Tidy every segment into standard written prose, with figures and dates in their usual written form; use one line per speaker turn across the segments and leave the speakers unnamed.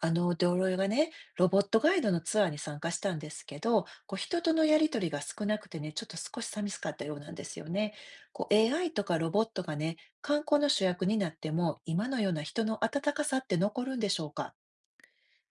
同僚がね、ロボットガイドのツアーに参加したんですけど、こう人とのやりとりが少なくてね、ちょっと少し寂しかったようなんですよね。こう AI とかロボットがね、観光の主役になっても、今のような人の温かさって残るんでしょうか？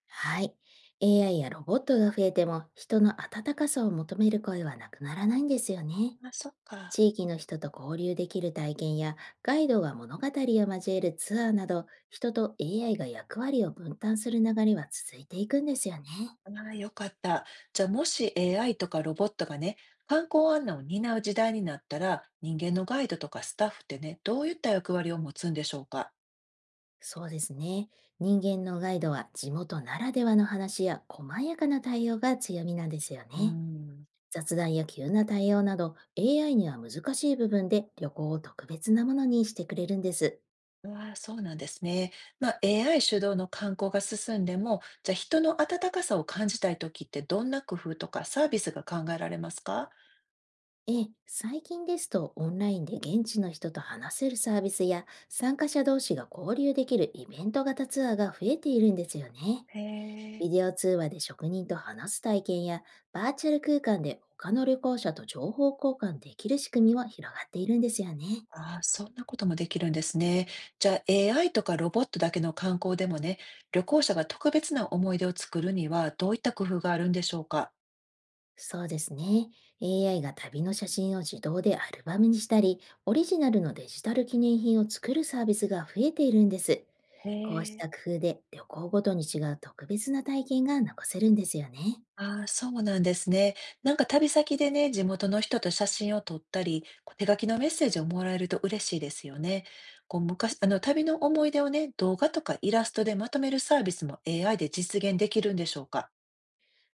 はい。AI やロボットが増えても、人の温かさを求める声はなくならないんですよね。
あ、そっか。
地域の人と交流できる体験や、ガイドが物語を交えるツアーなど、人と AI が役割を分担する流れは続いていくんですよね。
ああ、よかった。じゃあ、もし AI とかロボットがね、観光案内を担う時代になったら、人間のガイドとかスタッフってね、どういった役割を持つんでしょうか？
そうですね。人間のガイドは地元ならではの話や細やかな対応が強みなんですよ
うー
ね。
ん。
雑談や急な対応など AI には難しい部分で旅行を特別なものにしてくれるんです。
ああ、そうなんですね。まあ、AI 主導の観光が進んでも、じゃあ人の温かさを感じたいときってどんな工夫とかサービスが考えられますか？
ええ、最近ですとオンラインで現地の人と話せるサービスや参加者同士が交流できるイベント型ツアーが増えているんですよね。
へえ、
ビデオ通話で職人と話す体験や、バーチャル空間で他の旅行者と情報交換できる仕組みも広がっているんですよね。
ああ、そんなこともできるんですね。じゃあ AI とかロボットだけの観光でもね、旅行者が特別な思い出を作るにはどういった工夫があるんでしょうか？
そうですね。AI が旅の写真を自動でアルバムにしたり、オリジナルのデジタル記念品を作るサービスが増えているんです。
へ
こうし
え。
た工夫で旅行ごとに違う特別な体験が残せるんですよね。
ああ、そうなんですね。なんか旅先でね、地元の人と写真を撮ったり、こう手書きのメッセージをもらえると嬉しいですよね。こう昔、あの旅の思い出をね、動画とかイラストでまとめるサービスも AI で実現できるんでしょうか。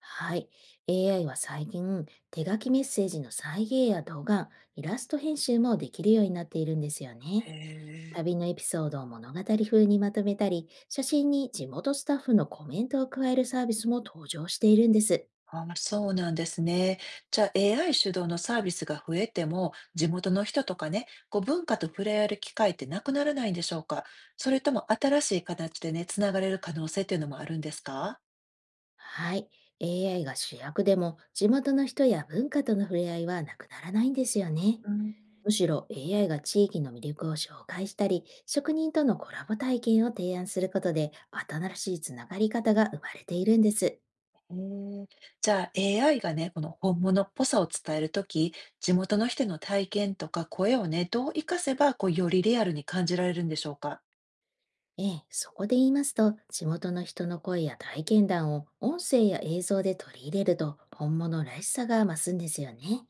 はい。AI は最近、手書きメッセージの再現や動画、イラスト編集もできるようになっているんですよ
へ
ね。
え。
旅のエピソードを物語風にまとめたり、写真に地元スタッフのコメントを加えるサービスも登場しているんです。
ああ、そうなんですね。じゃあ AI 主導のサービスが増えても、地元の人とかね、こう文化と触れ合える機会ってなくならないんでしょうか。それとも新しい形でね、つながれる可能性っていうのもあるんですか？
はい。AI が主役でも、地元の人や文化との触れ合いはなくならないんですよね。
うーん。
むしろ AI が地域の魅力を紹介したり、職人とのコラボ体験を提案することで、新しいつながり方が生まれているんです。
へえ、じゃあ AI がね、この本物っぽさを伝えるとき、地元の人の体験とか声をね、どう活かせば、こう、よりリアルに感じられるんでしょうか？
ええ、そこで言いますと、地元の人の声や体験談を音声や映像で取り入れると、本物らしさが増すんですよね。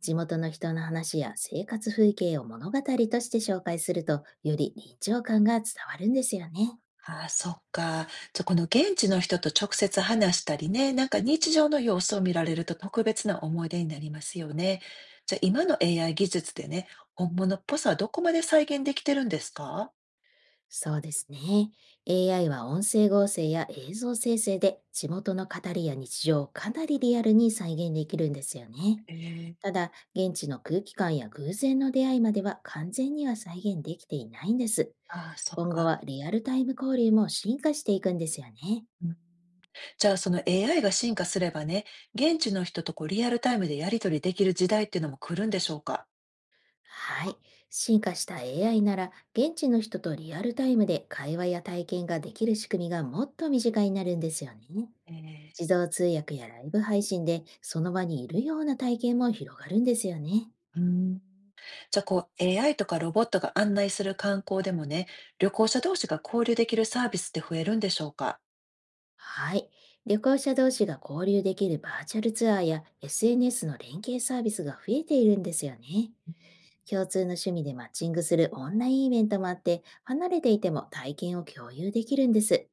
地元の人の話や生活風景を物語として紹介すると、より臨場感が伝わるんですよね。
ああ、そっか。じゃ、この現地の人と直接話したりね、なんか日常の様子を見られると特別な思い出になりますよね。じゃ、今の AI 技術でね、本物っぽさはどこまで再現できてるんですか？
そうですね。AI は音声合成や映像生成で地元の語りや日常をかなりリアルに再現できるんですよね。
ええ、
ただ、現地の空気感や偶然の出会いまでは完全には再現できていないんです。
ああ、そっ
今後
か。
はリアルタイム交流も進化していくんですよね。
うん。じゃあその AI が進化すればね、現地の人とこうリアルタイムでやり取りできる時代っていうのも来るんでしょうか？
はい。進化した AI なら、現地の人とリアルタイムで会話や体験ができる仕組みがもっと身近になるんですよね。
え
自動通訳やライブ配信で、その場にいるような体験も広がるんですよね。
ー、うん。じゃあこう AI とかロボットが案内する観光でもね、旅行者同士が交流できるサービスって増えるんでしょうか？
はい。旅行者同士が交流できるバーチャルツアーや SNS の連携サービスが増えているんですよね。共通の趣味でマッチングするオンラインイベントもあって、離れていても体験を共有できるんです。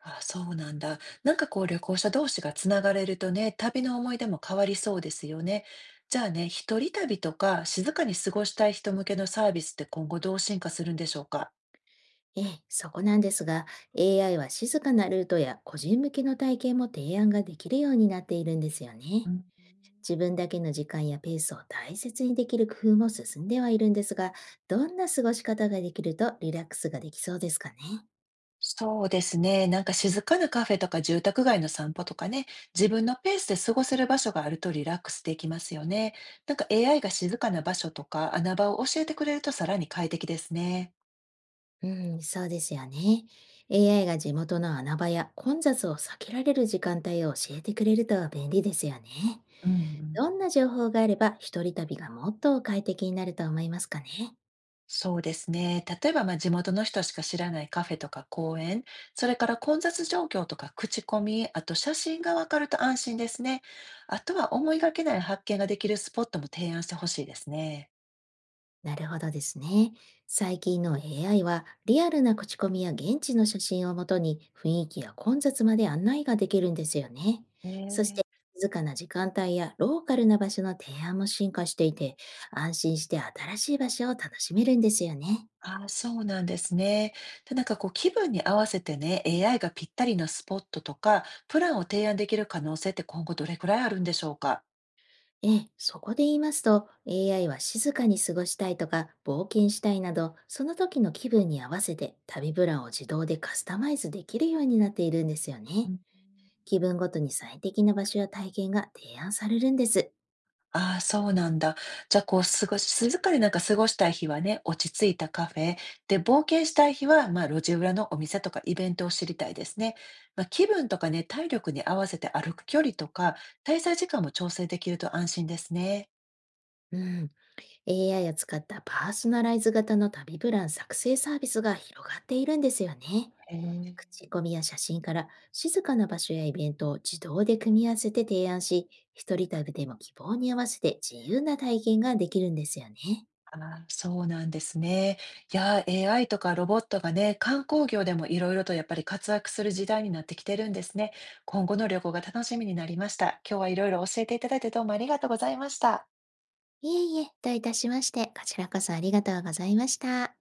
あ、そうなんだ。なんかこう旅行者同士がつながれるとね、旅の思い出も変わりそうですよね。じゃあね、一人旅とか静かに過ごしたい人向けのサービスって今後どう進化するんでしょうか？
ええ、そこなんですが、AI は静かなルートや個人向けの体験も提案ができるようになっているんですよね。自分だけの時間やペースを大切にできる工夫も進んではいるんですが、どんな過ごし方ができるとリラックスができそうですかね？
そうですね。なんか静かなカフェとか住宅街の散歩とかね、自分のペースで過ごせる場所があるとリラックスできますよね。なんか AI が静かな場所とか穴場を教えてくれるとさらに快適ですね。
うん、そうですよね。AI が地元の穴場や混雑を避けられる時間帯を教えてくれると便利ですよね。
うんうん。
どんな情報があれば一人旅がもっと快適になると思いますかね？
そうですね。例えば、まあ、地元の人しか知らないカフェとか公園、それから混雑状況とか口コミ、あと写真がわかると安心ですね。あとは思いがけない発見ができるスポットも提案してほしいですね。
なるほどですね。最近の AI はリアルな口コミや現地の写真をもとに雰囲気や混雑まで案内ができるんですよね。
へ
そして、
え。
静かな時間帯やローカルな場所の提案も進化していて、安心して新しい場所を楽しめるんですよね。
ああ、そうなんですね。で、なんかこう気分に合わせてね、AI がぴったりなスポットとか、プランを提案できる可能性って今後どれくらいあるんでしょうか？
ええ、そこで言いますと、 AI は静かに過ごしたいとか冒険したいなど、その時の気分に合わせて旅プランを自動でカスタマイズできるようになっているんですよ
う
ね。
ん。
気分ごとに最適な場所や体験が提案されるんです。
ああ、そうなんだ。じゃあこう過ごし静かになんか過ごしたい日はね、落ち着いたカフェ、で、冒険したい日は、まあ、路地裏のお店とかイベントを知りたいですね。まあ、気分とかね、体力に合わせて歩く距離とか、滞在時間も調整できると安心ですね。
うん、AI を使ったパーソナライズ型の旅プラン作成サービスが広がっているんですよね。
へえ。
口コミや写真から静かな場所やイベントを自動で組み合わせて提案し、一人旅でも希望に合わせて自由な体験ができるんですよね。
あーそうなんですね。いやー、AI とかロボットがね、観光業でもいろいろとやっぱり活躍する時代になってきてるんですね。今後の旅行が楽しみになりました。今日はいろいろ教えていただいてどうもありがとうございました。
いえいえ、どういたしまして、こちらこそありがとうございました。